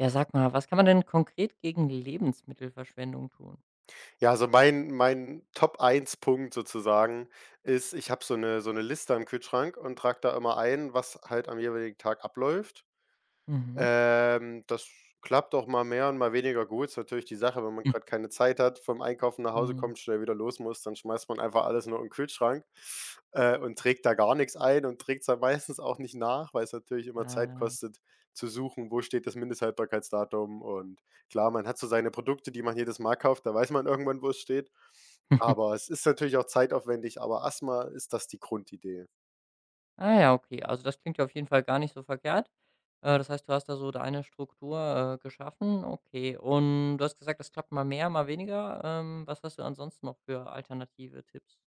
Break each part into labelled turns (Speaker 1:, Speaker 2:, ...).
Speaker 1: Ja, sag mal, was kann man denn konkret gegen Lebensmittelverschwendung tun?
Speaker 2: Ja, also mein top eins punkt sozusagen ist, ich habe so eine Liste am Kühlschrank und trage da immer ein, was halt am jeweiligen Tag abläuft.
Speaker 1: Mhm.
Speaker 2: Das klappt auch mal mehr und mal weniger gut. Ist natürlich die Sache, wenn man gerade keine Zeit hat, vom Einkaufen nach Hause
Speaker 1: Mhm.
Speaker 2: kommt, schnell wieder los muss, dann schmeißt man einfach alles nur in den Kühlschrank, und trägt da gar nichts ein und trägt's dann meistens auch nicht nach, weil es natürlich immer Zeit
Speaker 1: Ah.
Speaker 2: kostet, zu suchen, wo steht das Mindesthaltbarkeitsdatum. Und klar, man hat so seine Produkte, die man jedes Mal kauft, da weiß man irgendwann, wo es steht. Aber es ist natürlich auch zeitaufwendig, aber erstmal ist das die Grundidee.
Speaker 1: Ah ja, okay. Also das klingt ja auf jeden Fall gar nicht so verkehrt. Das heißt, du hast da so deine Struktur, geschaffen. Okay. Und du hast gesagt, das klappt mal mehr, mal weniger. Was hast du ansonsten noch für alternative Tipps?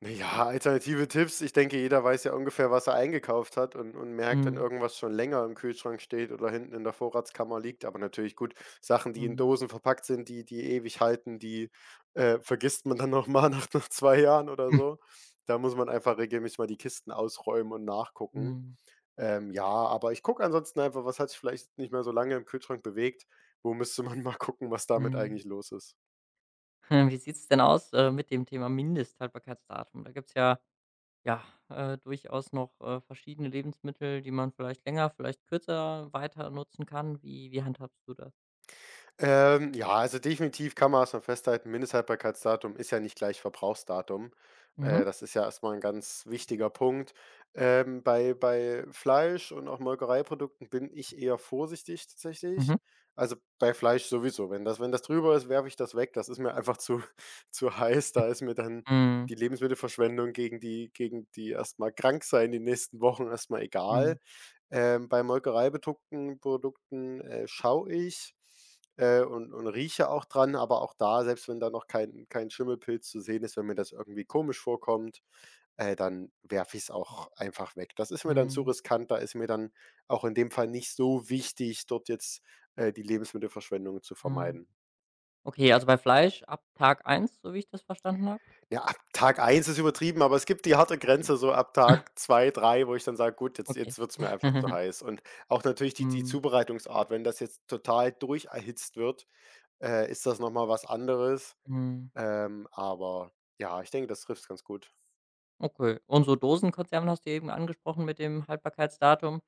Speaker 2: Na ja, alternative Tipps. Ich denke, jeder weiß ja ungefähr, was er eingekauft hat und merkt, wenn
Speaker 1: Mhm.
Speaker 2: irgendwas schon länger im Kühlschrank steht oder hinten in der Vorratskammer liegt. Aber natürlich gut, Sachen, die in
Speaker 1: Mhm.
Speaker 2: Dosen verpackt sind, die ewig halten, die vergisst man dann noch mal nach 2 Jahren oder so. Da muss man einfach regelmäßig mal die Kisten ausräumen und nachgucken.
Speaker 1: Mhm.
Speaker 2: Ja, aber ich gucke ansonsten einfach, was hat sich vielleicht nicht mehr so lange im Kühlschrank bewegt? Wo müsste man mal gucken, was damit
Speaker 1: Mhm.
Speaker 2: eigentlich los ist?
Speaker 1: Wie sieht's denn aus, mit dem Thema Mindesthaltbarkeitsdatum? Da gibt's ja ja, durchaus noch, verschiedene Lebensmittel, die man vielleicht länger, vielleicht kürzer weiter nutzen kann. Wie handhabst du das?
Speaker 2: Ja, also definitiv kann man erst mal festhalten, Mindesthaltbarkeitsdatum ist ja nicht gleich Verbrauchsdatum.
Speaker 1: Mhm,
Speaker 2: Das ist ja erstmal ein ganz wichtiger Punkt. Bei Fleisch und auch Molkereiprodukten bin ich eher vorsichtig
Speaker 1: mhm,
Speaker 2: tatsächlich. Also, bei Fleisch sowieso. Wenn das drüber ist, werfe ich das weg. Das ist mir einfach zu zu heiß. Da ist mir dann
Speaker 1: mhm,
Speaker 2: die Lebensmittelverschwendung gegen die erstmal krank sein die nächsten Wochen erstmal
Speaker 1: mhm,
Speaker 2: egal. Bei molkereibetuckten Produkten, schaue ich, und rieche auch dran, aber auch da, selbst wenn da noch kein Schimmelpilz zu sehen ist, wenn mir das irgendwie komisch vorkommt, dann werfe ich es auch einfach weg. Das ist mir dann zu
Speaker 1: mhm,
Speaker 2: riskant, da ist mir dann auch in dem Fall nicht so wichtig, dort jetzt, die Lebensmittelverschwendung zu
Speaker 1: mhm.
Speaker 2: vermeiden.
Speaker 1: Okay, also bei Fleisch ab Tag eins, so wie ich das verstanden habe?
Speaker 2: Ja, ab Tag eins ist übertrieben, aber es gibt die harte Grenze so ab Tag 2, 3, wo ich dann sage: „Gut, jetzt
Speaker 1: Okay.
Speaker 2: jetzt wird's mir einfach zu heiß.“ Und auch natürlich die
Speaker 1: Mhm,
Speaker 2: Zubereitungsart, wenn das jetzt total durcherhitzt wird, ist das noch mal was anderes.
Speaker 1: mhm.
Speaker 2: Aber ja, ich denke, das trifft's ganz gut.
Speaker 1: Okay. Und so Dosenkonserven hast du ja eben angesprochen mit dem Haltbarkeitsdatum.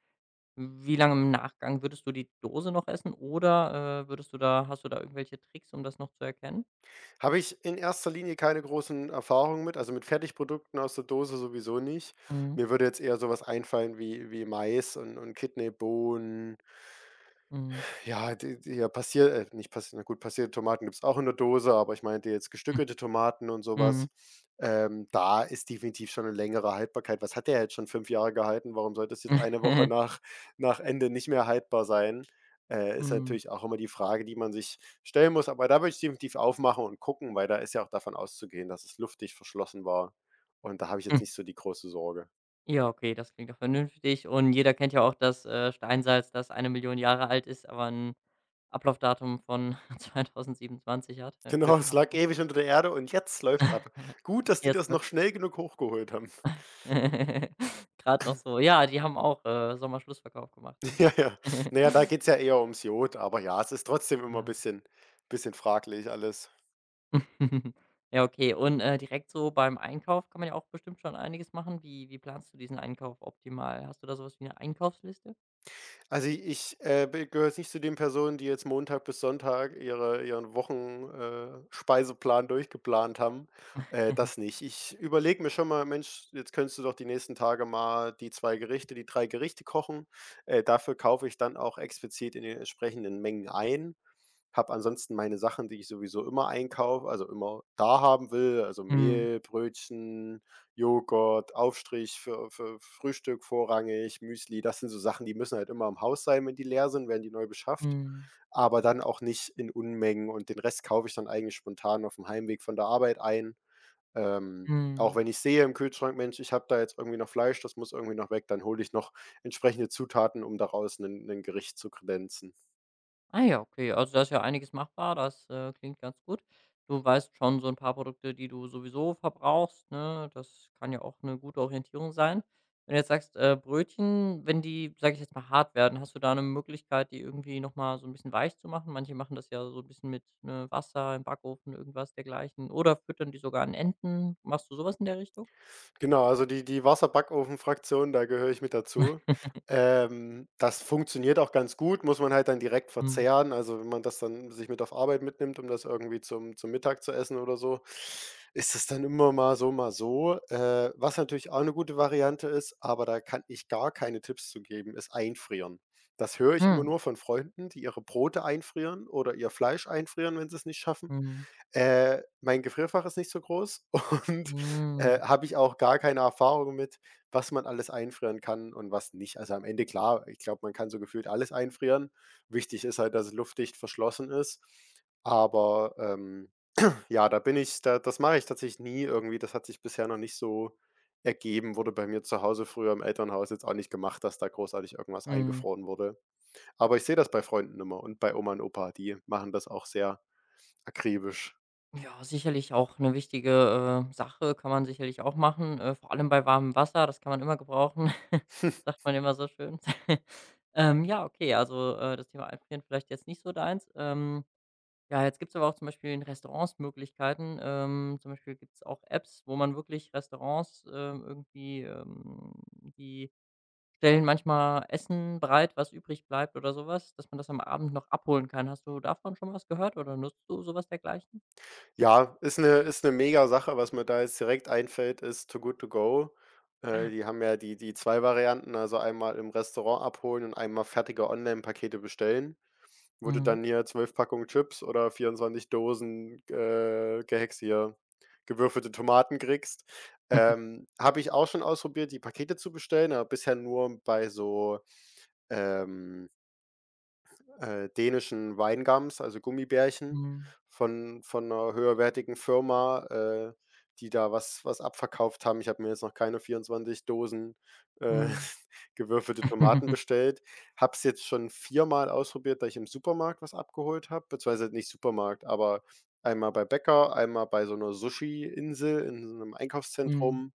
Speaker 1: Wie lange im Nachgang würdest du die Dose noch essen oder, würdest du da hast du da irgendwelche Tricks, um das noch zu erkennen?
Speaker 2: Habe ich in erster Linie keine großen Erfahrungen mit, also, mit Fertigprodukten aus der Dose sowieso nicht.
Speaker 1: Mhm,
Speaker 2: Mir würde jetzt eher sowas einfallen wie Mais und Kidneybohnen.
Speaker 1: mhm.
Speaker 2: Ja, die die ja, passier nicht passiert na gut, passierte Tomaten gibt's auch in der Dose, aber ich meinte jetzt gestückelte Tomaten und
Speaker 1: Mhm.
Speaker 2: sowas. Da ist definitiv schon eine längere Haltbarkeit. Was hat der jetzt schon 5 Jahre gehalten? Warum sollte es jetzt eine Woche nach Ende nicht mehr haltbar sein? Ist
Speaker 1: Mhm.
Speaker 2: natürlich auch immer die Frage, die man sich stellen muss, aber da würde ich definitiv aufmachen und gucken, weil da ist ja auch davon auszugehen, dass es luftdicht verschlossen war. Und da habe ich
Speaker 1: Hm.
Speaker 2: jetzt nicht so die große Sorge.
Speaker 1: Ja, okay, das klingt doch vernünftig. Und jeder kennt ja auch das, Steinsalz, das 1.000.000 Jahre alt ist, aber ein Ablaufdatum von 2027 hat. Ja,
Speaker 2: Genau,
Speaker 1: Glück
Speaker 2: es
Speaker 1: gehabt,
Speaker 2: lag
Speaker 1: ne?
Speaker 2: ewig unter der Erde und jetzt läuft's ab. Gut, dass die
Speaker 1: Jetzt
Speaker 2: das noch
Speaker 1: läuft's.
Speaker 2: schnell genug hochgeholt haben.
Speaker 1: Grad noch so. Ja, die haben auch, Sommerschlussverkauf gemacht, ne?
Speaker 2: Ja, ja. Na ja, da geht's ja eher ums Jod, aber ja, es ist trotzdem immer ein
Speaker 1: Ja.
Speaker 2: bisschen fraglich alles.
Speaker 1: Ja, okay. Und, direkt so beim Einkauf kann man ja auch bestimmt schon einiges machen. Wie planst du diesen Einkauf optimal? Hast du da sowas wie eine Einkaufsliste?
Speaker 2: Also, i- ich, b gehöre jetzt nicht zu den Personen, die jetzt Montag bis Sonntag ihren Wochen Speiseplan durchgeplant haben. Das nicht. Ich überlege mir schon mal: „Mensch, jetzt könntest du doch die nächsten Tage mal die 2 Gerichte, die 3 Gerichte kochen.“ Dafür kaufe ich dann auch explizit in den entsprechenden Mengen ein. Habe ansonsten meine Sachen, die ich sowieso immer einkaufe, also immer da haben will, also
Speaker 1: Mhm.
Speaker 2: Mehl, Brötchen, Joghurt, Aufstrich für Frühstück vorrangig, Müsli. Das sind so Sachen, die müssen halt immer im Haus sein, wenn die leer sind, werden die neu beschafft,
Speaker 1: Mhm.
Speaker 2: aber dann auch nicht in Unmengen und den Rest kaufe ich dann eigentlich spontan auf dem Heimweg von der Arbeit ein. Ähm, auch
Speaker 1: Mhm.
Speaker 2: wenn ich sehe im Kühlschrank: „Mensch, ich habe da jetzt irgendwie noch Fleisch, das muss irgendwie noch weg“, dann hole ich noch entsprechende Zutaten, um daraus ein Gericht zu kredenzen.
Speaker 1: Ah ja, okay. Also, da ist ja einiges machbar. Das klingt ganz gut. Du weißt schon so ein paar Produkte, die du sowieso verbrauchst, ne? Das kann ja auch eine gute Orientierung sein. Wenn du jetzt sagst, Brötchen, wenn die, sage ich jetzt mal, hart werden, hast du da eine Möglichkeit, die irgendwie noch mal so ein bisschen weich zu machen? Manche machen das ja so ein bisschen mit, ne, Wasser im Backofen, irgendwas dergleichen oder füttern die sogar an Enten. Machst du sowas in der Richtung?
Speaker 2: Genau, also die Wasserbackofen-Fraktion, da gehöre ich mit dazu. Das funktioniert auch ganz gut, muss man halt dann direkt
Speaker 1: Mhm.
Speaker 2: verzehren. Also, wenn man das dann sich mit auf Arbeit mitnimmt, um das irgendwie zum Mittag zu essen oder so, ist das dann immer mal so, mal so. Was natürlich auch eine gute Variante ist, aber da kann ich gar keine Tipps zu geben, ist Einfrieren. Das höre ich immer
Speaker 1: Mhm.
Speaker 2: nur von Freunden, die ihre Brote einfrieren oder ihr Fleisch einfrieren, wenn sie es nicht schaffen.
Speaker 1: Mhm.
Speaker 2: Mein Gefrierfach ist nicht so groß und,
Speaker 1: Mhm.
Speaker 2: habe ich auch gar keine Erfahrung mit, was man alles einfrieren kann und was nicht. Also, am Ende klar, ich glaube, man kann so gefühlt alles einfrieren. Wichtig ist halt, dass es luftdicht verschlossen ist. Aber, ähm, ja, da bin ich da das mache ich tatsächlich nie irgendwie. Das hat sich bisher noch nicht so ergeben, wurde bei mir zu Hause früher im Elternhaus jetzt auch nicht gemacht, dass da großartig irgendwas
Speaker 1: Mhm.
Speaker 2: eingefroren wurde. Aber ich sehe das bei Freunden immer und bei Oma und Opa, die machen das auch sehr akribisch.
Speaker 1: Ja, sicherlich auch eine wichtige, Sache, kann man sicherlich auch machen, vor allem bei warmem Wasser, das kann man immer gebrauchen, sagt man immer so schön. Ja, okay, also, das Thema Einfrieren vielleicht jetzt nicht so deins. Ja, jetzt gibt's aber auch zum Beispiel in Restaurants Möglichkeiten. Zum Beispiel gibt's auch Apps, wo man wirklich Restaurants, irgendwie, die stellen manchmal Essen bereit, was übrig bleibt oder sowas, dass man das am Abend noch abholen kann. Hast du davon schon was gehört oder nutzt du sowas dergleichen?
Speaker 2: Ja, ist eine mega Sache. Was mir da jetzt direkt einfällt, ist Too Good To Go. Äh,
Speaker 1: Ah,
Speaker 2: die haben ja die 2 Varianten, also einmal im Restaurant abholen und einmal fertige Online-Pakete bestellen, wo du
Speaker 1: mhm.
Speaker 2: dann hier 12 Packungen Chips oder 24 Dosen, gehext hier gewürfelte Tomaten kriegst. Habe ich auch schon ausprobiert, die Pakete zu bestellen, aber bisher nur bei so, ähm dänischen Weingums, also Gummibärchen
Speaker 1: Mhm.
Speaker 2: von einer höherwertigen Firma, die da was abverkauft haben. Ich habe mir jetzt noch keine 24 Dosen, äh,
Speaker 1: Mhm.
Speaker 2: gewürfelte Tomaten bestellt. Habe es jetzt schon viermal ausprobiert, da ich im Supermarkt was abgeholt habe, beziehungsweise nicht Supermarkt, aber einmal bei Bäcker, einmal bei so einer Sushi-Insel in so 'nem
Speaker 1: Mhm.
Speaker 2: Einkaufszentrum.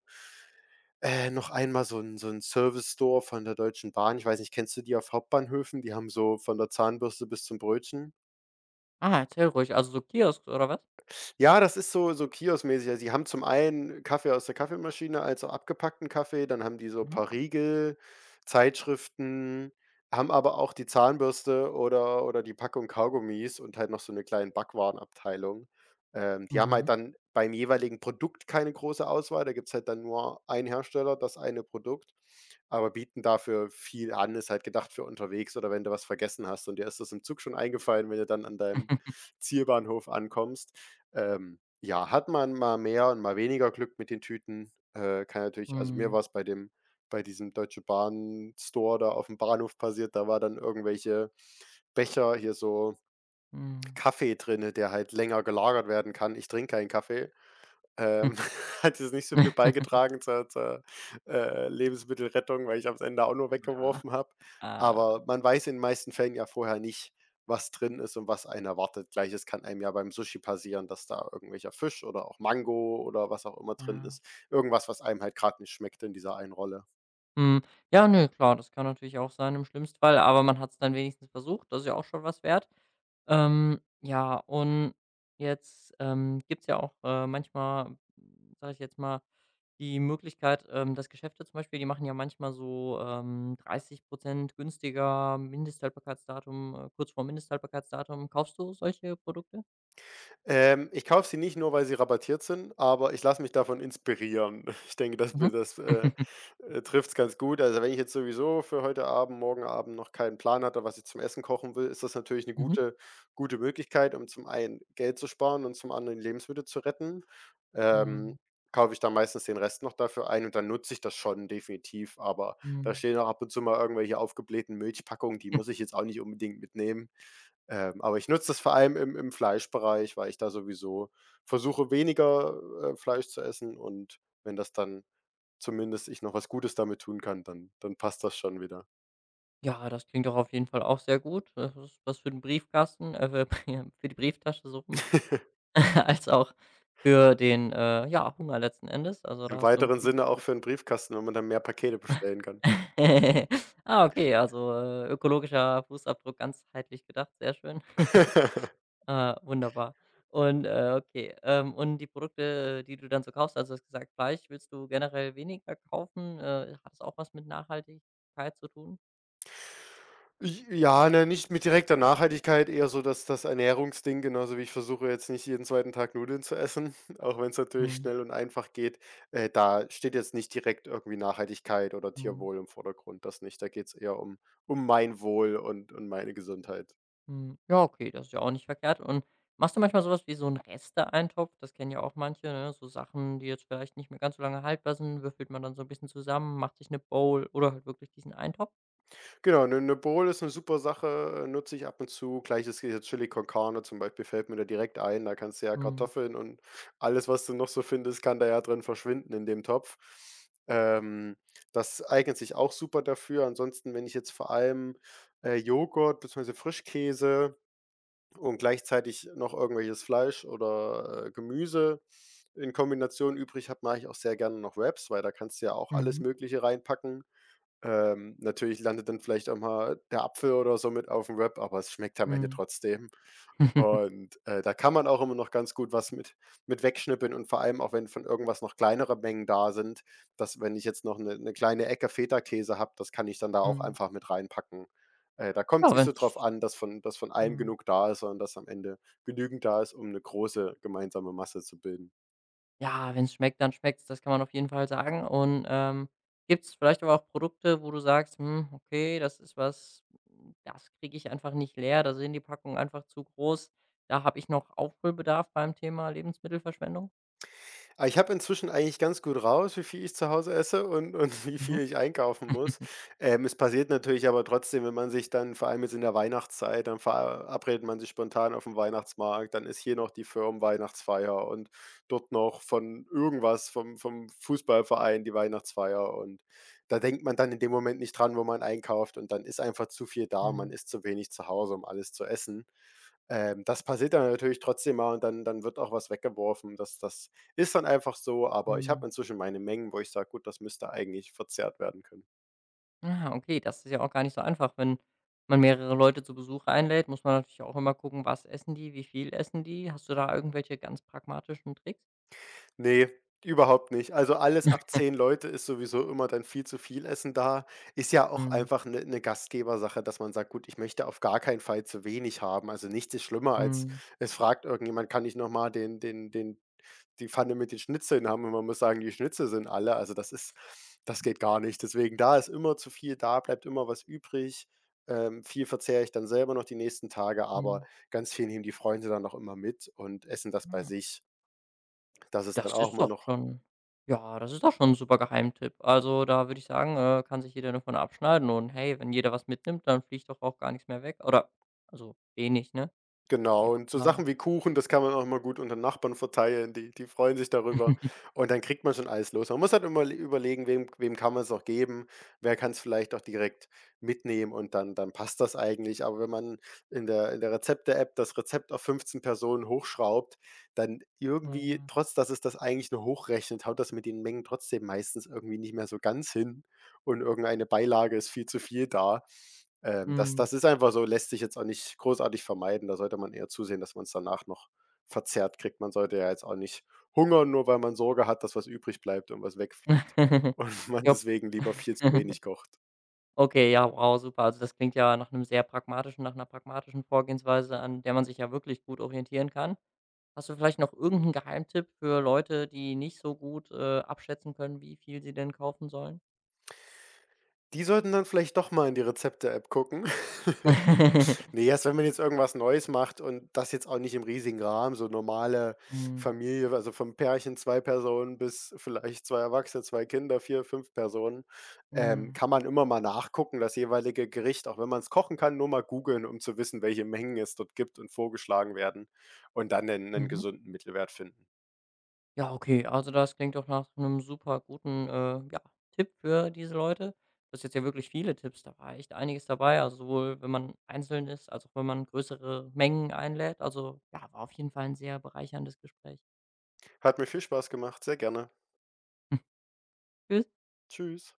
Speaker 2: Noch einmal so 'n Service-Store von der Deutschen Bahn. Ich weiß nicht, kennst du die auf Hauptbahnhöfen? Die haben so von der Zahnbürste bis zum Brötchen.
Speaker 1: Ah, erzähl ruhig. Also so Kiosk oder was?
Speaker 2: Ja, das ist so so kioskmäßig. Also, die haben zum einen Kaffee aus der Kaffeemaschine, also abgepackten Kaffee, dann haben die so ein
Speaker 1: Mhm.
Speaker 2: paar Riegel, Zeitschriften, haben aber auch die Zahnbürste oder die Packung Kaugummis und halt noch so eine kleine Backwarenabteilung. Die haben
Speaker 1: Mhm.
Speaker 2: halt dann beim jeweiligen Produkt keine große Auswahl, da gibt's halt dann nur einen Hersteller, das eine Produkt, aber bieten dafür viel an. Ist halt gedacht für unterwegs oder wenn du was vergessen hast und dir ist das im Zug schon eingefallen, wenn du dann an deinem Zielbahnhof ankommst. Ja, hat man mal mehr und mal weniger Glück mit den Tüten. Kann natürlich, also mir
Speaker 1: Mhm.
Speaker 2: war's bei diesem Deutsche Bahn Store da auf dem Bahnhof passiert, da war dann irgendwelche Becher hier so
Speaker 1: Mhm.
Speaker 2: Kaffee drinne, der halt länger gelagert werden kann. Ich trinke keinen Kaffee. Ähm, hat jetzt nicht so viel beigetragen zur Lebensmittelrettung, weil ich am Ende auch nur
Speaker 1: Ja.
Speaker 2: weggeworfen habe.
Speaker 1: Ah,
Speaker 2: Aber man weiß in den meisten Fällen ja vorher nicht, was drin ist und was einen erwartet. Gleiches kann einem ja beim Sushi passieren, dass da irgendwelcher Fisch oder auch Mango oder was auch immer drin
Speaker 1: ja.
Speaker 2: ist. Irgendwas, was einem halt gerade nicht schmeckt in dieser einen Rolle.
Speaker 1: Mhm. Ja, ne, klar, das kann natürlich auch sein im schlimmsten Fall, aber man hat es dann wenigstens versucht. Das ist ja auch schon was wert. Ja, und jetzt, gibt's ja auch, manchmal, sage ich jetzt mal, die Möglichkeit, dass Geschäfte zum Beispiel, die machen ja manchmal so, 30% günstiger, Mindesthaltbarkeitsdatum, kurz vor Mindesthaltbarkeitsdatum. Kaufst du solche Produkte?
Speaker 2: Ich kaufe sie nicht nur, weil sie rabattiert sind, aber ich lasse mich davon inspirieren. Ich denke, das
Speaker 1: Mhm.
Speaker 2: be das, äh, äh, trifft's ganz gut. Also, wenn ich jetzt sowieso für heute Abend, morgen Abend noch keinen Plan hatte, was ich zum Essen kochen will, ist das natürlich eine
Speaker 1: Mhm.
Speaker 2: gute Möglichkeit, um zum einen Geld zu sparen und zum anderen Lebensmittel zu retten.
Speaker 1: Mhm.
Speaker 2: Ähm, kaufe ich dann meistens den Rest noch dafür ein und dann nutze ich das schon definitiv, aber da
Speaker 1: Mhm.
Speaker 2: stehen auch ab und zu mal irgendwelche aufgeblähten Milchpackungen, die muss ich jetzt auch nicht unbedingt mitnehmen. Aber ich nutze das vor allem im Fleischbereich, weil ich da sowieso versuche, weniger, Fleisch zu essen und wenn das dann zumindest ich noch was Gutes damit tun kann, dann passt das schon wieder.
Speaker 1: Ja, das klingt doch auf jeden Fall auch sehr gut. Das ist was für für die Brieftasche, so als auch für den, ja, Hunger letzten Endes. Also, da
Speaker 2: Im
Speaker 1: hast du 'n
Speaker 2: weiteren Sinne auch für einen Briefkasten, wenn man dann mehr Pakete bestellen kann.
Speaker 1: Ah, okay, also, ökologischer Fußabdruck ganzheitlich gedacht, sehr schön. Ah, wunderbar. Und, okay, und die Produkte, die du dann so kaufst, also, du hast gesagt, Fleisch willst du generell weniger kaufen. Hat es auch was mit Nachhaltigkeit zu tun?
Speaker 2: Ne, nicht mit direkter Nachhaltigkeit, eher so das Ernährungsding, genauso wie ich versuche jetzt nicht jeden zweiten Tag Nudeln zu essen, auch wenn es natürlich
Speaker 1: Mhm,
Speaker 2: schnell und einfach geht. Da steht jetzt nicht direkt irgendwie Nachhaltigkeit oder
Speaker 1: mhm.
Speaker 2: Tierwohl im Vordergrund, das nicht. Da geht's eher um mein Wohl und meine Gesundheit.
Speaker 1: Hm, ja, okay, das ist ja auch nicht verkehrt. Und machst du manchmal sowas wie so 'n Reste-Eintopf? Das kennen ja auch manche, ne? So Sachen, die jetzt vielleicht nicht mehr ganz so lange haltbar sind, würfelt man dann so ein bisschen zusammen, macht sich eine Bowl oder halt wirklich diesen Eintopf?
Speaker 2: Genau, 'ne Bowl ist eine super Sache, nutze ich ab und zu. Gleiches gilt jetzt Chili con Carne zum Beispiel, fällt mir da direkt ein. Da kannst du ja
Speaker 1: Mhm.
Speaker 2: Kartoffeln und alles, was du noch so findest, kann da ja drin verschwinden in dem Topf. Ähm, das eignet sich auch super dafür. Ansonsten, wenn ich jetzt vor allem, Joghurt beziehungsweise Frischkäse und gleichzeitig noch irgendwelches Fleisch oder, Gemüse in Kombination übrig habe, mache ich auch sehr gerne noch Wraps, weil da kannst du ja auch alles
Speaker 1: Mhm.
Speaker 2: Mögliche reinpacken. Natürlich landet dann vielleicht auch mal der Apfel oder so mit auf dem Wrap, aber es schmeckt am Ende
Speaker 1: Mhm.
Speaker 2: trotzdem. Und, da kann man auch immer noch ganz gut was mit wegschnippeln und vor allem auch, wenn von irgendwas noch kleinere Mengen da sind, dass wenn ich jetzt noch eine 'ne kleine Ecke Feta-Käse habe, das kann ich dann da auch
Speaker 1: Mhm.
Speaker 2: einfach mit reinpacken. Da kommt
Speaker 1: Ja,
Speaker 2: es nicht so
Speaker 1: wenn's
Speaker 2: drauf an, dass von allem
Speaker 1: mhm.
Speaker 2: genug da ist, sondern dass am Ende genügend da ist, um eine große gemeinsame Masse zu bilden.
Speaker 1: Ja, wenn's schmeckt, dann schmeckt's. Das kann man auf jeden Fall sagen. Und, gibt's vielleicht aber auch Produkte, wo du sagst: „Hm, okay, das ist was, das kriege ich einfach nicht leer. Da sind die Packungen einfach zu groß. Da habe ich noch Aufholbedarf beim Thema Lebensmittelverschwendung?“
Speaker 2: Ah, ich habe inzwischen eigentlich ganz gut raus, wie viel ich zu Hause esse und wie
Speaker 1: Mhm.
Speaker 2: viel ich einkaufen muss. Es passiert natürlich aber trotzdem, wenn man sich dann vor allem jetzt in der Weihnachtszeit, dann verabredet man sich spontan auf dem Weihnachtsmarkt, dann ist hier noch die Firmenweihnachtsfeier und dort noch von irgendwas, vom Fußballverein die Weihnachtsfeier und da denkt man dann in dem Moment nicht dran, wo man einkauft und dann ist einfach zu viel da. Man
Speaker 1: Mhm.
Speaker 2: ist zu wenig zu Hause, um alles zu essen. Das passiert dann natürlich trotzdem mal und dann wird auch was weggeworfen. Das ist dann einfach so, aber ich
Speaker 1: Mhm.
Speaker 2: habe inzwischen meine Mengen, wo ich sage: „Gut, das müsste eigentlich verzehrt werden können.“
Speaker 1: Ah, okay, das ist ja auch gar nicht so einfach. Wenn man mehrere Leute zu Besuch einlädt, muss man natürlich auch immer gucken, was essen die, wie viel essen die. Hast du da irgendwelche ganz pragmatischen Tricks?
Speaker 2: Ne, überhaupt nicht. Also, alles ab 10 Leute ist sowieso immer dann viel zu viel Essen da. Ist ja auch
Speaker 1: Mhm.
Speaker 2: einfach eine 'ne 'ne Gastgebersache, dass man sagt: „Gut, ich möchte auf gar keinen Fall zu wenig haben.“ Also, nichts ist schlimmer als
Speaker 1: Mhm.
Speaker 2: es fragt irgendjemand: „Kann ich noch mal den die Pfanne mit den Schnitzeln haben und man muss sagen, die Schnitzel sind alle. Also, das geht gar nicht. Deswegen, da ist immer zu viel da, bleibt immer was übrig. Viel verzehre ich dann selber noch die nächsten Tage, aber
Speaker 1: Mhm.
Speaker 2: ganz viel nehmen die Freunde dann auch immer mit und essen das bei sich. Das ist dann
Speaker 1: Das
Speaker 2: auch
Speaker 1: ist
Speaker 2: immer
Speaker 1: doch
Speaker 2: noch.
Speaker 1: schon ja, das ist doch schon ein super Geheimtipp. Also, da würde ich sagen, kann sich jeder nur von abschneiden und hey, wenn jeder was mitnimmt, dann fliegt doch auch gar nichts mehr weg oder also wenig, ne? Ihr
Speaker 2: Genau,
Speaker 1: habt
Speaker 2: und so
Speaker 1: da
Speaker 2: Sachen wie Kuchen, das kann man auch mal gut unter Nachbarn verteilen, die freuen sich darüber und dann kriegt man schon alles los. Man muss halt immer le überlegen, wem kann man es auch geben, wer kann es vielleicht auch direkt mitnehmen und dann passt das eigentlich. Aber wenn man in der Rezepte-App das Rezept auf 15 Personen hochschraubt, dann irgendwie,
Speaker 1: ja,
Speaker 2: trotz dass es das eigentlich nur hochrechnet, haut das mit den Mengen trotzdem meistens irgendwie nicht mehr so ganz hin und irgendeine Beilage ist viel zu viel da. Ähm, das
Speaker 1: mhm.
Speaker 2: das ist einfach so, lässt sich jetzt auch nicht großartig vermeiden. Da sollte man eher zusehen, dass man es danach noch verzehrt kriegt. Man sollte ja jetzt auch nicht hungern, nur weil man Sorge hat, dass was übrig bleibt und was wegfliegt und man
Speaker 1: Jop.
Speaker 2: deswegen lieber viel zu wenig kocht.
Speaker 1: Okay, ja, wow, super. Also, das klingt ja nach einem sehr pragmatischen nach einer pragmatischen Vorgehensweise, an der man sich ja wirklich gut orientieren kann. Hast du vielleicht noch irgendeinen Geheimtipp für Leute, die nicht so gut, abschätzen können, wie viel sie denn kaufen sollen?
Speaker 2: Die sollten dann vielleicht doch mal in die Rezepte-App gucken. Ne, erst wenn man jetzt irgendwas Neues macht und das jetzt auch nicht im riesigen Rahmen, so normale
Speaker 1: Mhm.
Speaker 2: Familie, also vom Pärchen 2 Personen bis vielleicht 2 Erwachsene, 2 Kinder, 4, 5 Personen,
Speaker 1: Mhm.
Speaker 2: kann man immer mal nachgucken, das jeweilige Gericht, auch wenn man es kochen kann, nur mal googeln, um zu wissen, welche Mengen es dort gibt und vorgeschlagen werden und dann 'nen
Speaker 1: Mhm.
Speaker 2: gesunden Mittelwert finden.
Speaker 1: Ja, okay, also das klingt doch nach so einem super guten, ja, Tipp für diese Leute. Das ist jetzt ja wirklich viele Tipps, da war echt einiges dabei, also sowohl wenn man einzeln ist, als auch wenn man größere Mengen einlädt. Also, ja, war auf jeden Fall ein sehr bereicherndes Gespräch.
Speaker 2: Hat mir viel Spaß gemacht, sehr gerne.
Speaker 1: Tschüss.
Speaker 2: Tschüss.